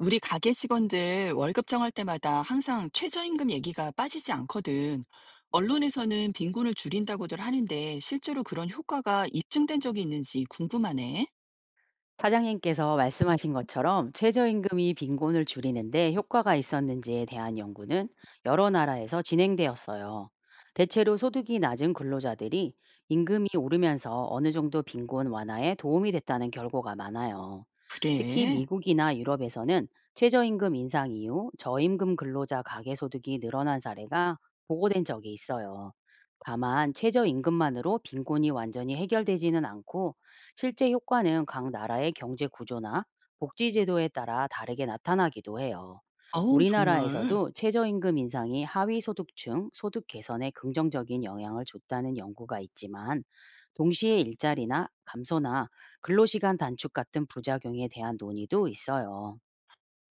우리 가게 직원들 월급 정할 때마다 항상 최저임금 얘기가 빠지지 않거든. 언론에서는 빈곤을 줄인다고들 하는데 실제로 그런 효과가 입증된 적이 있는지 궁금하네. 사장님께서 말씀하신 것처럼 최저임금이 빈곤을 줄이는데 효과가 있었는지에 대한 연구는 여러 나라에서 진행되었어요. 대체로 소득이 낮은 근로자들이 임금이 오르면서 어느 정도 빈곤 완화에 도움이 됐다는 결과가 많아요. 특히 그래. 미국이나 유럽에서는 최저임금 인상 이후 저임금 근로자 가계소득이 늘어난 사례가 보고된 적이 있어요. 다만 최저임금만으로 빈곤이 완전히 해결되지는 않고 실제 효과는 각 나라의 경제 구조나 복지 제도에 따라 다르게 나타나기도 해요. 어우, 정말. 우리나라에서도 최저임금 인상이 하위 소득층 소득 개선에 긍정적인 영향을 줬다는 연구가 있지만, 동시에 일자리나 감소나 근로시간 단축 같은 부작용에 대한 논의도 있어요.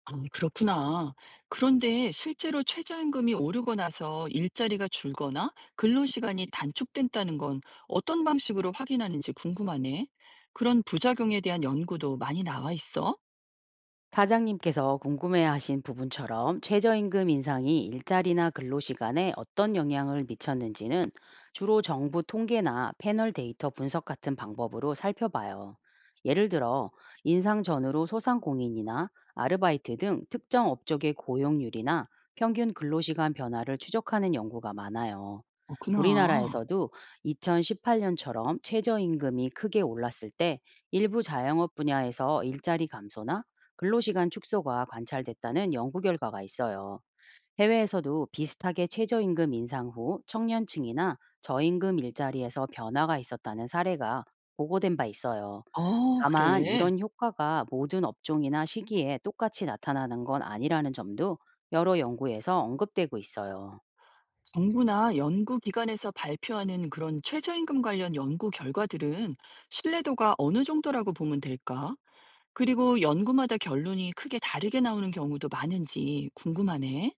아, 그렇구나. 그런데 실제로 최저임금이 오르고 나서 일자리가 줄거나 근로시간이 단축된다는 건 어떤 방식으로 확인하는지 궁금하네. 그런 부작용에 대한 연구도 많이 나와 있어? 사장님께서 궁금해하신 부분처럼 최저임금 인상이 일자리나 근로시간에 어떤 영향을 미쳤는지는 주로 정부 통계나 패널 데이터 분석 같은 방법으로 살펴봐요. 예를 들어, 인상 전후로 소상공인이나 아르바이트 등 특정 업적의 고용률이나 평균 근로시간 변화를 추적하는 연구가 많아요. 그렇구나. 우리나라에서도 2018년처럼 최저임금이 크게 올랐을 때 일부 자영업 분야에서 일자리 감소나 근로시간 축소가 관찰됐다는 연구 결과가 있어요. 해외에서도 비슷하게 최저임금 인상 후 청년층이나 저임금 일자리에서 변화가 있었다는 사례가 보고된 바 있어요. 어, 다만 그래. 이런 효과가 모든 업종이나 시기에 똑같이 나타나는 건 아니라는 점도 여러 연구에서 언급되고 있어요. 정부나 연구기관에서 발표하는 그런 최저임금 관련 연구 결과들은 신뢰도가 어느 정도라고 보면 될까? 그리고 연구마다 결론이 크게 다르게 나오는 경우도 많은지 궁금하네.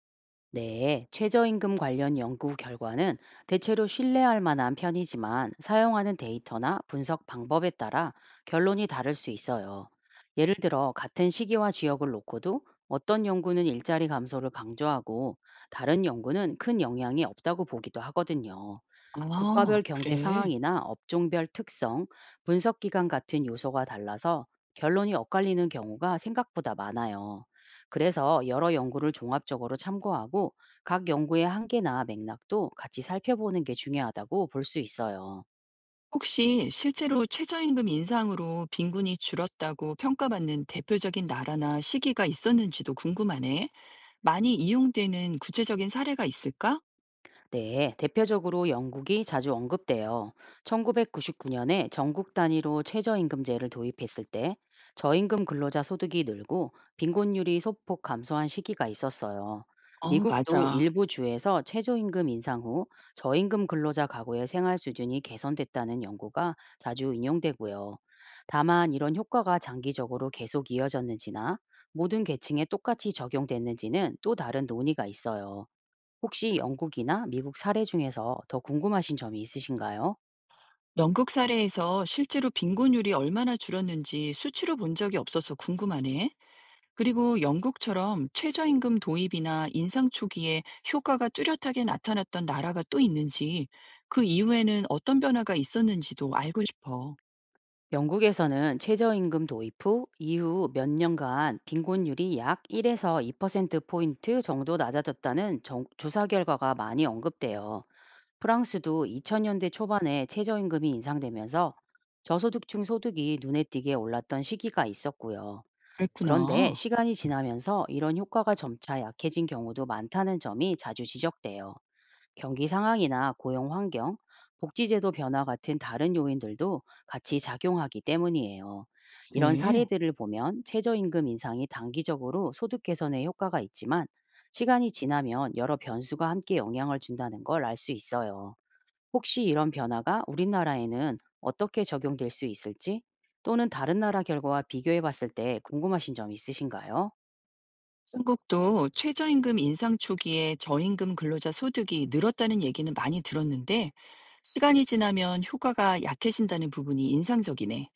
네, 최저임금 관련 연구 결과는 대체로 신뢰할 만한 편이지만, 사용하는 데이터나 분석 방법에 따라 결론이 다를 수 있어요. 예를 들어, 같은 시기와 지역을 놓고도 어떤 연구는 일자리 감소를 강조하고 다른 연구는 큰 영향이 없다고 보기도 하거든요. 아, 국가별 경제 그래. 상황이나 업종별 특성, 분석 기간 같은 요소가 달라서 결론이 엇갈리는 경우가 생각보다 많아요. 그래서 여러 연구를 종합적으로 참고하고 각 연구의 한계나 맥락도 같이 살펴보는 게 중요하다고 볼 수 있어요. 혹시 실제로 최저임금 인상으로 빈곤이 줄었다고 평가받는 대표적인 나라나 시기가 있었는지도 궁금하네. 많이 이용되는 구체적인 사례가 있을까? 네, 대표적으로 영국이 자주 언급돼요. 1999년에 전국 단위로 최저임금제를 도입했을 때 저임금 근로자 소득이 늘고 빈곤율이 소폭 감소한 시기가 있었어요. 어, 미국도 맞아. 일부 주에서 최저임금 인상 후 저임금 근로자 가구의 생활 수준이 개선됐다는 연구가 자주 인용되고요. 다만 이런 효과가 장기적으로 계속 이어졌는지나 모든 계층에 똑같이 적용됐는지는 또 다른 논의가 있어요. 혹시 영국이나 미국 사례 중에서 더 궁금하신 점이 있으신가요? 영국 사례에서 실제로 빈곤율이 얼마나 줄었는지 수치로 본 적이 없어서 궁금하네. 그리고 영국처럼 최저임금 도입이나 인상 초기에 효과가 뚜렷하게 나타났던 나라가 또 있는지, 그 이후에는 어떤 변화가 있었는지도 알고 싶어. 영국에서는 최저임금 도입 후 이후 몇 년간 빈곤율이 약 1에서 2%포인트 정도 낮아졌다는 조사 결과가 많이 언급돼요. 프랑스도 2000년대 초반에 최저임금이 인상되면서 저소득층 소득이 눈에 띄게 올랐던 시기가 있었고요. 그런데 그랬구나. 시간이 지나면서 이런 효과가 점차 약해진 경우도 많다는 점이 자주 지적돼요. 경기 상황이나 고용 환경, 복지제도 변화 같은 다른 요인들도 같이 작용하기 때문이에요. 그 이런 사례들을 보면 최저임금 인상이 단기적으로 소득 개선에 효과가 있지만, 시간이 지나면 여러 변수가 함께 영향을 준다는 걸 알 수 있어요. 혹시 이런 변화가 우리나라에는 어떻게 적용될 수 있을지, 또는 다른 나라 결과와 비교해 봤을 때 궁금하신 점 있으신가요? 한국도 최저임금 인상 초기에 저임금 근로자 소득이 늘었다는 얘기는 많이 들었는데, 시간이 지나면 효과가 약해진다는 부분이 인상적이네.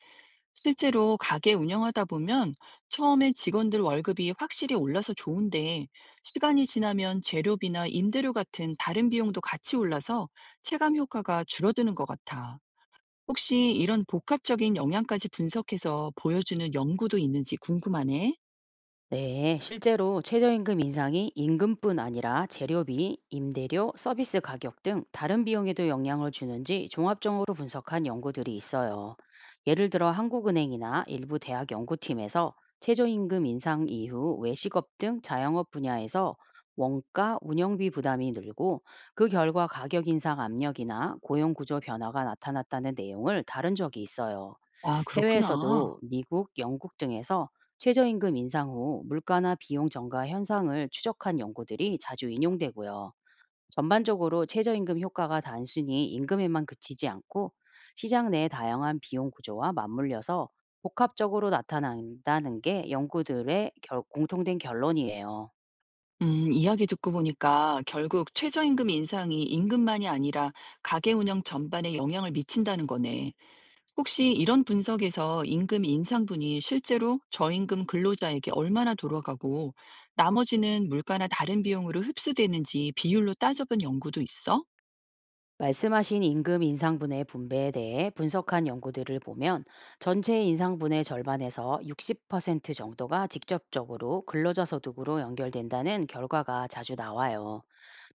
실제로 가게 운영하다 보면 처음에 직원들 월급이 확실히 올라서 좋은데 시간이 지나면 재료비나 임대료 같은 다른 비용도 같이 올라서 체감 효과가 줄어드는 것 같아. 혹시 이런 복합적인 영향까지 분석해서 보여주는 연구도 있는지 궁금하네. 네, 실제로 최저임금 인상이 임금뿐 아니라 재료비, 임대료, 서비스 가격 등 다른 비용에도 영향을 주는지 종합적으로 분석한 연구들이 있어요. 예를 들어, 한국은행이나 일부 대학 연구팀에서 최저임금 인상 이후 외식업 등 자영업 분야에서 원가, 운영비 부담이 늘고 그 결과 가격 인상 압력이나 고용 구조 변화가 나타났다는 내용을 다룬 적이 있어요. 아, 그렇구나. 해외에서도 미국, 영국 등에서 최저임금 인상 후 물가나 비용 증가 현상을 추적한 연구들이 자주 인용되고요. 전반적으로 최저임금 효과가 단순히 임금에만 그치지 않고 시장 내 다양한 비용 구조와 맞물려서 복합적으로 나타난다는 게 연구들의 공통된 결론이에요. 이야기 듣고 보니까 결국 최저임금 인상이 임금만이 아니라 가게 운영 전반에 영향을 미친다는 거네. 혹시 이런 분석에서 임금 인상분이 실제로 저임금 근로자에게 얼마나 돌아가고 나머지는 물가나 다른 비용으로 흡수되는지 비율로 따져본 연구도 있어? 말씀하신 임금 인상분의 분배에 대해 분석한 연구들을 보면, 전체 인상분의 절반에서 60% 정도가 직접적으로 근로자 소득으로 연결된다는 결과가 자주 나와요.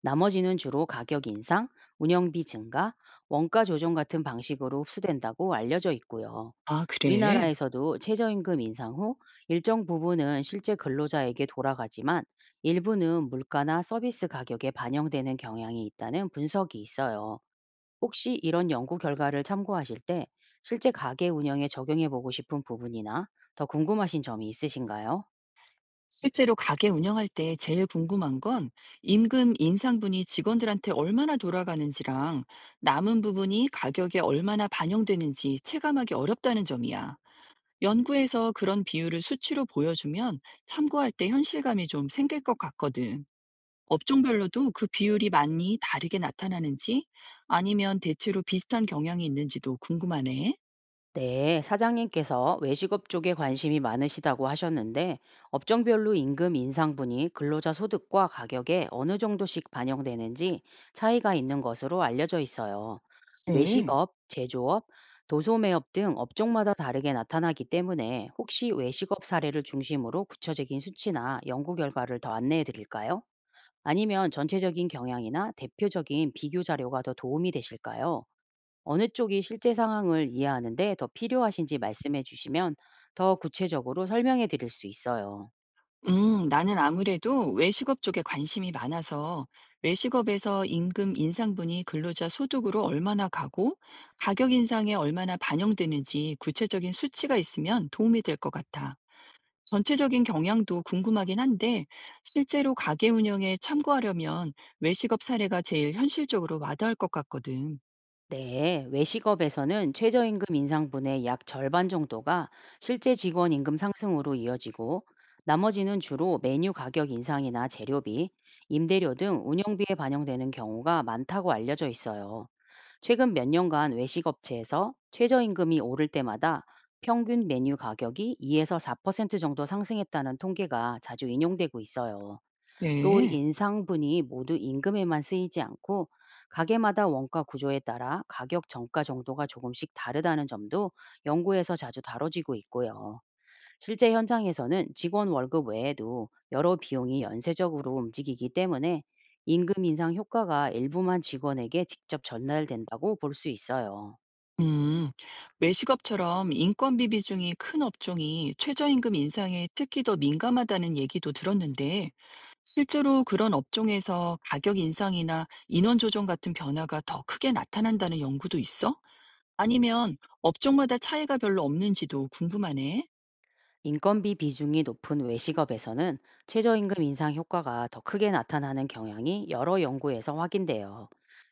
나머지는 주로 가격 인상, 운영비 증가, 원가 조정 같은 방식으로 흡수된다고 알려져 있고요. 아, 그래. 우리나라에서도 최저임금 인상 후 일정 부분은 실제 근로자에게 돌아가지만, 일부는 물가나 서비스 가격에 반영되는 경향이 있다는 분석이 있어요. 혹시 이런 연구 결과를 참고하실 때 실제 가게 운영에 적용해 보고 싶은 부분이나 더 궁금하신 점이 있으신가요? 실제로 가게 운영할 때 제일 궁금한 건 임금 인상분이 직원들한테 얼마나 돌아가는지랑 남은 부분이 가격에 얼마나 반영되는지 체감하기 어렵다는 점이야. 연구에서 그런 비율을 수치로 보여주면 참고할 때 현실감이 좀 생길 것 같거든. 업종별로도 그 비율이 많이 다르게 나타나는지 아니면 대체로 비슷한 경향이 있는지도 궁금하네. 네, 사장님께서 외식업 쪽에 관심이 많으시다고 하셨는데, 업종별로 임금 인상분이 근로자 소득과 가격에 어느 정도씩 반영되는지 차이가 있는 것으로 알려져 있어요. 네. 외식업, 제조업, 도소매업 등 업종마다 다르게 나타나기 때문에 혹시 외식업 사례를 중심으로 구체적인 수치나 연구 결과를 더 안내해 드릴까요? 아니면 전체적인 경향이나 대표적인 비교 자료가 더 도움이 되실까요? 어느 쪽이 실제 상황을 이해하는데 더 필요하신지 말씀해 주시면 더 구체적으로 설명해 드릴 수 있어요. 나는 아무래도 외식업 쪽에 관심이 많아서 외식업에서 임금 인상분이 근로자 소득으로 얼마나 가고 가격 인상에 얼마나 반영되는지 구체적인 수치가 있으면 도움이 될 것 같아. 전체적인 경향도 궁금하긴 한데 실제로 가게 운영에 참고하려면 외식업 사례가 제일 현실적으로 와닿을 것 같거든. 네, 외식업에서는 최저임금 인상분의 약 절반 정도가 실제 직원 임금 상승으로 이어지고, 나머지는 주로 메뉴 가격 인상이나 재료비, 임대료 등 운영비에 반영되는 경우가 많다고 알려져 있어요. 최근 몇 년간 외식 업체에서 최저임금이 오를 때마다 평균 메뉴 가격이 2에서 4% 정도 상승했다는 통계가 자주 인용되고 있어요. 또 네. 인상분이 모두 임금에만 쓰이지 않고 가게마다 원가 구조에 따라 가격 정가 정도가 조금씩 다르다는 점도 연구에서 자주 다뤄지고 있고요. 실제 현장에서는 직원 월급 외에도 여러 비용이 연쇄적으로 움직이기 때문에 임금 인상 효과가 일부만 직원에게 직접 전달된다고 볼 수 있어요. 음, 외식업처럼 인건비 비중이 큰 업종이 최저임금 인상에 특히 더 민감하다는 얘기도 들었는데, 실제로 그런 업종에서 가격 인상이나 인원 조정 같은 변화가 더 크게 나타난다는 연구도 있어? 아니면 업종마다 차이가 별로 없는지도 궁금하네. 인건비 비중이 높은 외식업에서는 최저임금 인상 효과가 더 크게 나타나는 경향이 여러 연구에서 확인돼요.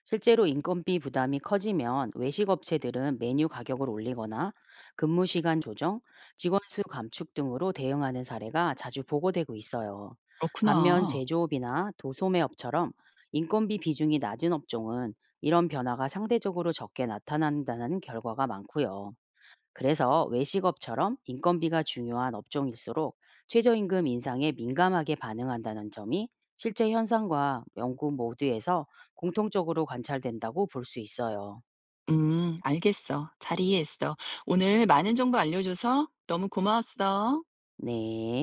실제로 인건비 부담이 커지면 외식업체들은 메뉴 가격을 올리거나 근무 시간 조정, 직원 수 감축 등으로 대응하는 사례가 자주 보고되고 있어요. 반면 그렇구나. 제조업이나 도소매업처럼 인건비 비중이 낮은 업종은 이런 변화가 상대적으로 적게 나타난다는 결과가 많고요. 그래서 외식업처럼 인건비가 중요한 업종일수록 최저임금 인상에 민감하게 반응한다는 점이 실제 현상과 연구 모두에서 공통적으로 관찰된다고 볼 수 있어요. 알겠어. 잘 이해했어. 오늘 많은 정보 알려줘서 너무 고마웠어. 네.